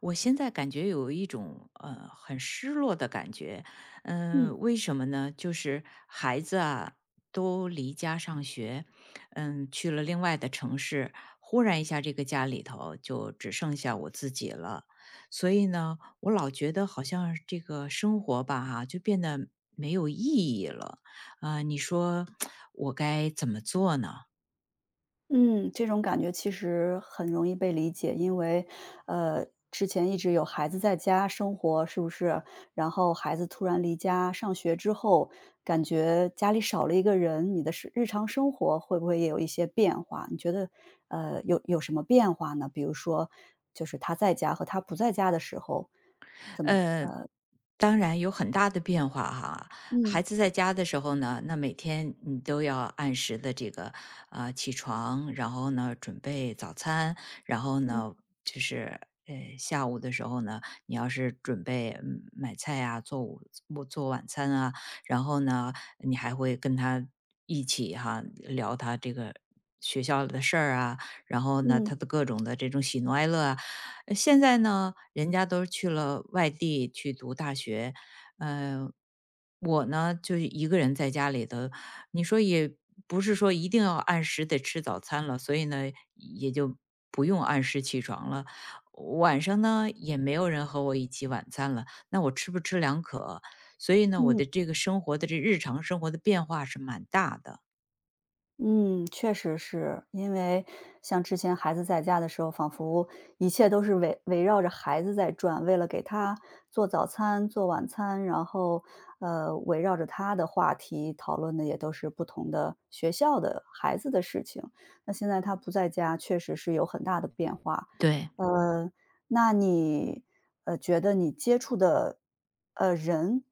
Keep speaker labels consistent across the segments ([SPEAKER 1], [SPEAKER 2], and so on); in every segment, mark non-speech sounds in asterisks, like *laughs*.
[SPEAKER 1] 我现在感觉有一种很失落的感觉，为什么呢？就是孩子啊都离家上学，去了另外的城市，忽然一下这个家里头就只剩下我自己了。所以呢，我老觉得好像这个生活吧哈、就变得没有意义了。你说 *tsk* 我该怎么做呢？
[SPEAKER 2] 嗯，这种感觉其实很容易被理解，因为，呃，之前一直有孩子在家生活，是不是？然后孩子突然离家上学之后，感觉家里少了一个人，你的是日常生活会不会也有一些变化？你觉得，有什么变化呢？比如说，就是他在家和他不在家的时候，怎么
[SPEAKER 1] 呃，当然有很大的变化哈。
[SPEAKER 2] 嗯
[SPEAKER 1] 孩子在家的时候呢，那每天你都要按时的这个起床，然后呢准备早餐，然后
[SPEAKER 2] 嗯
[SPEAKER 1] 呢就是下午的时候呢，你要是准备买菜啊，做午做做晚餐啊，然后呢你还会跟他一起哈聊他这个。学校的事儿啊，然后呢，
[SPEAKER 2] 嗯
[SPEAKER 1] 他的各种的这种喜怒哀乐啊。现在呢，人家都去了外地去读大学。呃，我呢就是一个人在家里头，你说也不是说一定要按时得吃早餐了，所以呢也就不用按时起床了。晚上呢也没有人和我一起晚餐了，那我吃不吃两可，所以呢我
[SPEAKER 2] 嗯。
[SPEAKER 1] 的这个生活的这日常生活的变化是蛮大的。
[SPEAKER 2] 嗯，确实是。因为像之前孩子在家的时候，仿佛一切都是围绕着孩子在转，为了给他做早餐、做晚餐，然后，围绕着他的话题讨论的也都是不同的学校的孩子的事情。那现在他不在家，确实是有很大的变化。
[SPEAKER 1] 对，
[SPEAKER 2] 呃，那你，觉得你接触的，人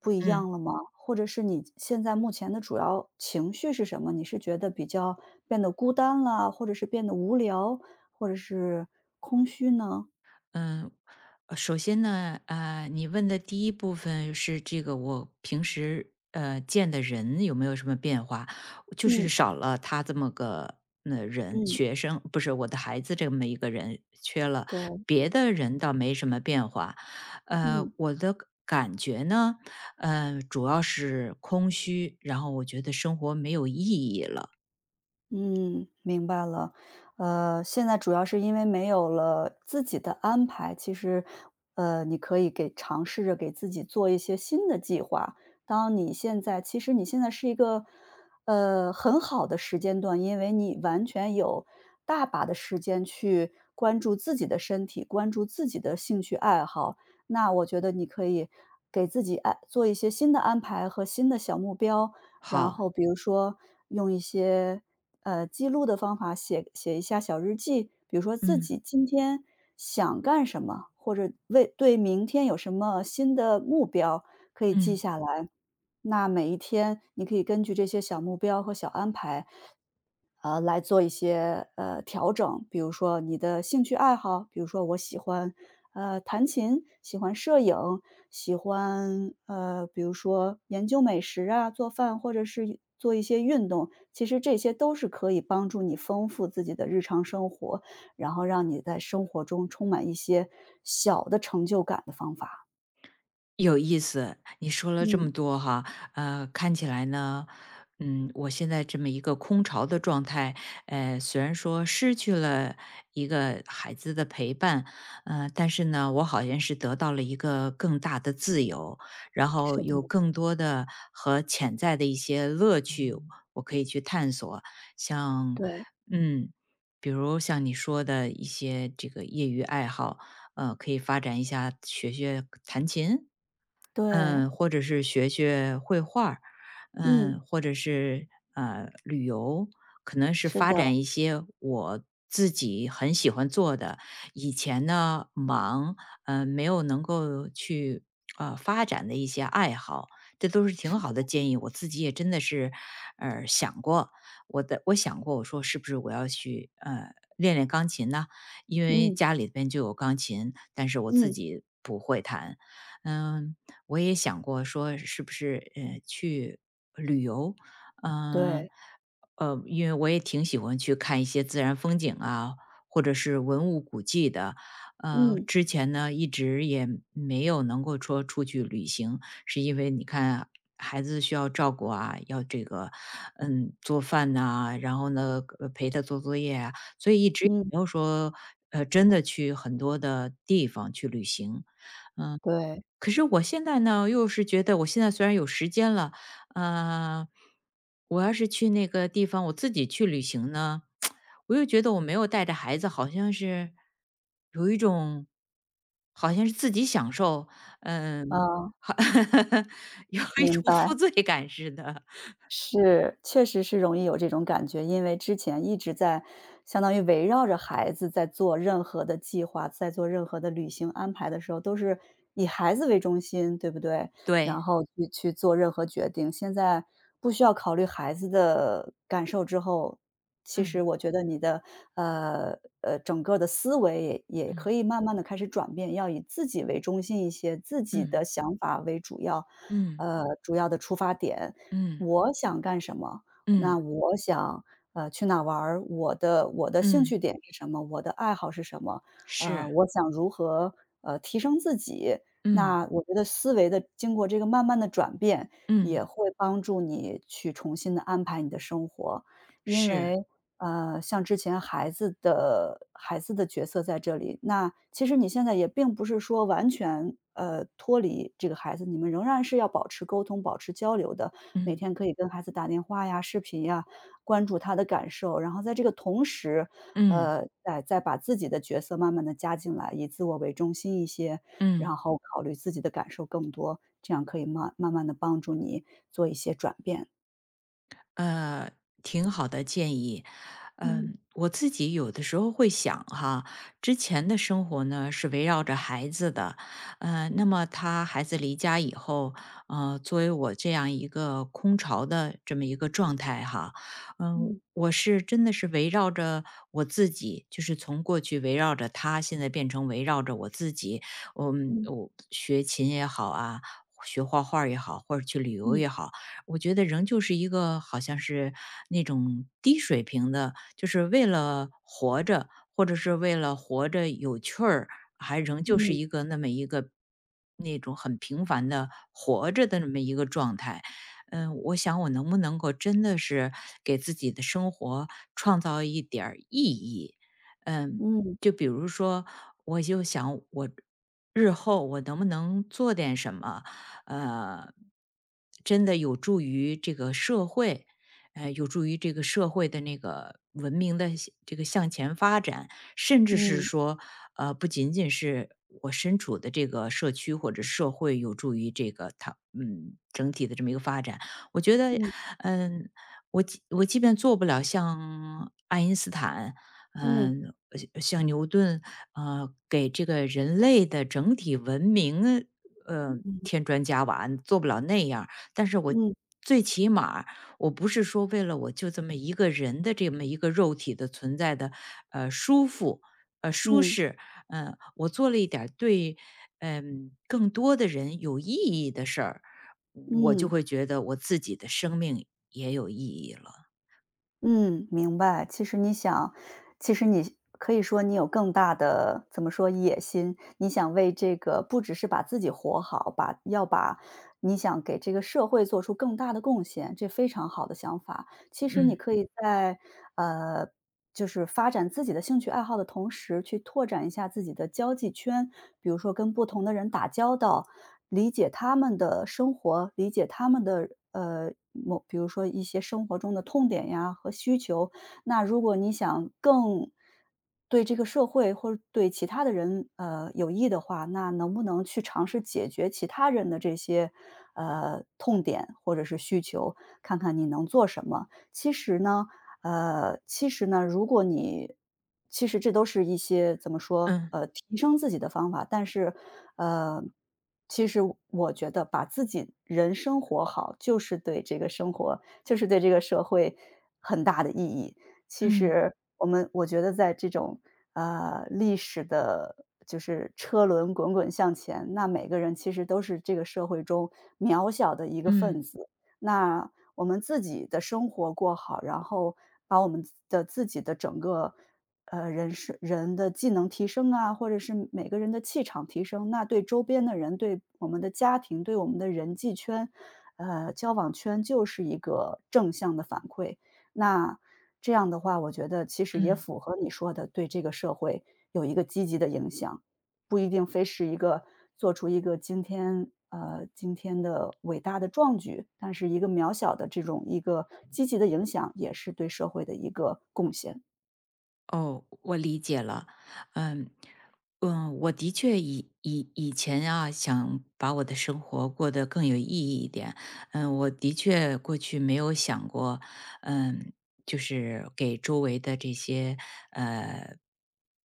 [SPEAKER 2] 不一
[SPEAKER 1] 嗯。
[SPEAKER 2] 样了吗？或者是你现在目前的主要情绪是什么？你是觉得比较变得孤单了，或者是变得无聊，或者是空虚呢？
[SPEAKER 1] 嗯，首先呢，你问的第一部分是这个我平时见的人有没有什么变化，就是
[SPEAKER 2] 嗯，
[SPEAKER 1] 少了他这么个那人，
[SPEAKER 2] 嗯，
[SPEAKER 1] 学生不是我的孩子这么一个人缺了，
[SPEAKER 2] 对，
[SPEAKER 1] 别的人倒没什么变化。
[SPEAKER 2] 嗯。
[SPEAKER 1] 我的感觉呢，主要是空虚，然后我觉得生活没有意义了。
[SPEAKER 2] 嗯，明白了。现在主要是因为没有了自己的安排，其实，你可以给尝试着给自己做一些新的计划。当你现在，其实你现在是一个，很好的时间段，因为你完全有大把的时间去关注自己的身体，关注自己的兴趣爱好。那我觉得你可以给自己安做一些新的安排和新的小目标，然
[SPEAKER 1] 好，
[SPEAKER 2] 后比如说用一些记录的方法，写一下小日记，比如说自
[SPEAKER 1] 嗯
[SPEAKER 2] 己今天想干什么，或者对明天有什么新的目标可以记
[SPEAKER 1] 嗯。
[SPEAKER 2] 下来。那每一天你可以根据这些小目标和小安排来做一些，调整。比如说你的兴趣爱好，比如说我喜欢，弹琴，喜欢摄影，喜欢，比如说研究美食啊，做饭或者是做一些运动。其实这些都是可以帮助你丰富自己的日常生活，然后让你在生活中充满一些小的成就感的方法。
[SPEAKER 1] 有意思，你说了这
[SPEAKER 2] 嗯，
[SPEAKER 1] 么多哈。看起来呢，我现在这么一个空巢的状态，虽然说失去了一个孩子的陪伴，但是呢，我好像是得到了一个更大的自由，然后
[SPEAKER 2] 是的，
[SPEAKER 1] 有更多的和潜在的一些乐趣，我可以去探索。像，
[SPEAKER 2] 对，
[SPEAKER 1] 嗯，比如像你说的一些这个业余爱好，可以发展一下，学学弹琴，
[SPEAKER 2] 对，
[SPEAKER 1] 或者是学学绘画儿，
[SPEAKER 2] 嗯，
[SPEAKER 1] 或者是旅游，可能是
[SPEAKER 2] 是
[SPEAKER 1] 发
[SPEAKER 2] 的，
[SPEAKER 1] 展一些我自己很喜欢做的。以前呢忙，没有能够去发展的一些爱好。这都是挺好的建议。我自己也真的是想过，我想过，我说是不是我要去练练钢琴呢？因为
[SPEAKER 2] 嗯，
[SPEAKER 1] 家里边就有钢琴，但是我自
[SPEAKER 2] 嗯，
[SPEAKER 1] 己不会弹。嗯，我也想过说是不是，去旅游，嗯
[SPEAKER 2] 对，
[SPEAKER 1] 因为我也挺喜欢去看一些自然风景啊，或者是文物古迹的。
[SPEAKER 2] 嗯，
[SPEAKER 1] 之前呢，一直也没有能够说出去旅行，是因为你看孩子需要照顾啊，要这个，做饭呐，然后呢，陪他做作业啊，所以一直也
[SPEAKER 2] 嗯，
[SPEAKER 1] 没有说，真的去很多的地方去旅行。
[SPEAKER 2] 对。
[SPEAKER 1] 可是我现在呢，又是觉得我现在虽然有时间了，呃，我要是去那个地方，我自己去旅行呢，我又觉得我没有带着孩子，好像是有一种，好像是自己享受，嗯，
[SPEAKER 2] 哦，
[SPEAKER 1] 好 *laughs* 有一
[SPEAKER 2] 明
[SPEAKER 1] 种
[SPEAKER 2] 白。
[SPEAKER 1] *laughs* 负罪感似的。
[SPEAKER 2] 是，确实是容易有这种感觉，因为之前一直在相当于围绕着孩子在做任何的计划，在做任何的旅行安排的时候，都是以孩子为中心，对不对？然
[SPEAKER 1] 对，
[SPEAKER 2] 后去做任何决定。现在不需要考虑孩子的感受之后，其实
[SPEAKER 1] 嗯
[SPEAKER 2] 我觉得你的呃整个的思维也可
[SPEAKER 1] 嗯
[SPEAKER 2] 以慢慢的开始转变，要以自己为中心一些，自己
[SPEAKER 1] 嗯
[SPEAKER 2] 的想法为主要，
[SPEAKER 1] 嗯
[SPEAKER 2] 主要的出发点。
[SPEAKER 1] 嗯
[SPEAKER 2] 我想干什么？那
[SPEAKER 1] 嗯
[SPEAKER 2] 我想，去哪玩儿我的兴
[SPEAKER 1] 嗯，
[SPEAKER 2] 趣点是什么？我的爱好是什么？
[SPEAKER 1] 是，
[SPEAKER 2] 我想如何，提升自己？
[SPEAKER 1] 嗯
[SPEAKER 2] 那我觉得思维的经过这个慢慢的转变，
[SPEAKER 1] 嗯
[SPEAKER 2] 也会帮助你去重新的安排你的生活。因
[SPEAKER 1] 是，
[SPEAKER 2] 为，像之前孩子的角色在这里，那其实你现在也并不是说完全，脱离这个孩子，你们仍然是要保持沟通、保持交流的。每
[SPEAKER 1] 嗯
[SPEAKER 2] 天可以跟孩子打电话呀、视频呀，关注他的感受，然后在这个同时，
[SPEAKER 1] 嗯
[SPEAKER 2] 再把自己的角色慢慢的加进来，以自我为中心一些，
[SPEAKER 1] 嗯。
[SPEAKER 2] 然后考虑自己的感受更多，这样可以慢慢的帮助你做一些转变。
[SPEAKER 1] 呃，挺好的建议。
[SPEAKER 2] 嗯
[SPEAKER 1] 我自己有的时候会想哈，之前的生活呢是围绕着孩子的，那么孩子离家以后，作为我这样一个空巢的这么一个状态哈，
[SPEAKER 2] 嗯
[SPEAKER 1] 我是真的是围绕着我自己，就是从过去围绕着他，现在变成围绕着我自己。
[SPEAKER 2] 嗯
[SPEAKER 1] 我学琴也好啊，学画画儿也好，或者去旅游也
[SPEAKER 2] 嗯
[SPEAKER 1] 好，我觉得仍旧是一个好像是那种低水平的，就是为了活着，或者是为了活着有趣儿，还仍旧是
[SPEAKER 2] 嗯
[SPEAKER 1] 一个那么一个那种很平凡的活着的那么一个状态。我想我能不能够真的是给自己的生活创造一点儿意义？嗯，
[SPEAKER 2] 嗯
[SPEAKER 1] 就比如说，我就想我日后我能不能做点什么？呃，真的有助于这个社会，有助于这个社会的那个文明的向向前发展，甚至是
[SPEAKER 2] 嗯
[SPEAKER 1] 说，不仅仅是我身处的这个社区或者社会有助于这个它，整体的这么一个发展。我觉得，
[SPEAKER 2] 嗯
[SPEAKER 1] 嗯，我即便做不了像爱因斯坦，
[SPEAKER 2] 嗯嗯
[SPEAKER 1] 嗯，像牛顿，给这个人类的整体文明，添砖加瓦，做不了那样儿，但是我
[SPEAKER 2] 嗯
[SPEAKER 1] 最起码儿我不是说为了我就这么一个人的这么一个肉体的存在的舒服，舒
[SPEAKER 2] 嗯嗯
[SPEAKER 1] 适，我做了一点儿对，更多的人有意义的事儿，我就
[SPEAKER 2] 嗯。
[SPEAKER 1] 会觉得我自己的生命也有意义了。
[SPEAKER 2] 嗯，明白。其实你想，其实你可以说你有更大的怎么说野心，你想为这个不只是把自己活好，把要把你想给这个社会做出更大的贡献，这非常好的想法。其实你可以在呃，就是发展自己的兴趣爱好的同时，去拓展一下自己的交际圈，比如说跟不同的人打交道，理解他们的生活，理解他们的某，比如说一些生活中的痛点呀和需求。那如果你想更对这个社会或者对其他的人有益的话，那能不能去尝试解决其他人的这些痛点或者是需求，看看你能做什么？其实呢，如果你其实这都是一些怎么说，
[SPEAKER 1] 嗯
[SPEAKER 2] 提升自己的方法，但是，呃，其实我觉得把自己人生活好，就是对这个生活，就是对这个社会很大的意义。其
[SPEAKER 1] 嗯
[SPEAKER 2] 实我觉得在这种历史的，就是车轮滚滚向前，那每个人其实都是这个社会中渺小的
[SPEAKER 1] 嗯
[SPEAKER 2] 一个分
[SPEAKER 1] 嗯嗯
[SPEAKER 2] 子。那我们自己的生活过好，然后把我们自己的整个，人的技能提升啊，或者是每个人的气场提升，那对周边的人、对我们的家庭、对我们的人际圈，交往圈就是一个正向的反馈。那这样的话，我觉得其实也
[SPEAKER 1] 嗯。
[SPEAKER 2] 符合你说的，对这个社会有一个积极的影响。不一定非是一个做出一个今天的伟大的壮举，但是一个渺小的这种一个积极的影响，也是对社会的一个贡献。
[SPEAKER 1] 哦，我理解了。嗯嗯，我的确以前啊，想把我的生活过得更有意义一点。我的确过去没有想过，嗯，就是给周围的这些呃。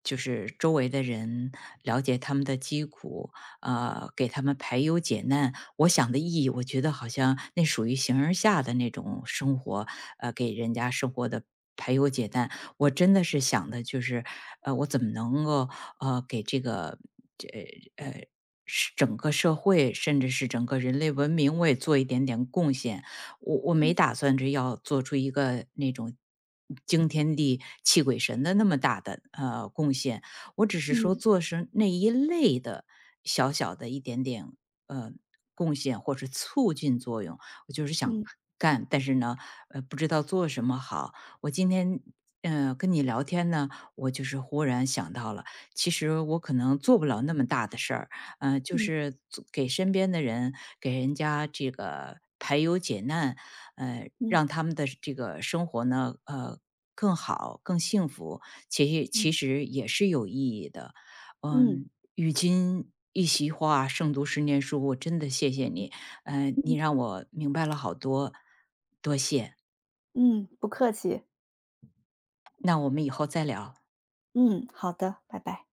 [SPEAKER 1] 就是周围的人了解他们的疾苦，给他们排忧解难。我想的意义，我觉得好像那属于形而下的那种生活，给人家生活的排忧解难。我真的是想的就是，我怎么能够给这个这呃是整个社会，甚至是整个人类文明，我也做一点点贡献。我没
[SPEAKER 2] 嗯
[SPEAKER 1] 打算着要做出一个那种，惊天地泣鬼神的那么大的贡献，我只是说
[SPEAKER 2] 嗯
[SPEAKER 1] 做是那一类的小小的一点点呃贡献或是促进作用。我就是想
[SPEAKER 2] 嗯
[SPEAKER 1] 干，但是呢，不知道做什么好。我今天跟你聊天呢，我就是忽然想到了，其实我可能做不了那么大的事儿，就
[SPEAKER 2] 嗯
[SPEAKER 1] 是做给身边的人，给人家这个排忧解难，
[SPEAKER 2] 嗯
[SPEAKER 1] 让他们的这个生活呢，更好、更幸福，其实
[SPEAKER 2] 嗯
[SPEAKER 1] 其实也是有意义的。
[SPEAKER 2] 嗯
[SPEAKER 1] 嗯，与君一席话，胜读十年书。我真的谢谢你，你
[SPEAKER 2] 嗯
[SPEAKER 1] 让我明白了好多，多谢。
[SPEAKER 2] 嗯，不客气。
[SPEAKER 1] 那我们以后再聊。
[SPEAKER 2] 嗯，好的，拜拜。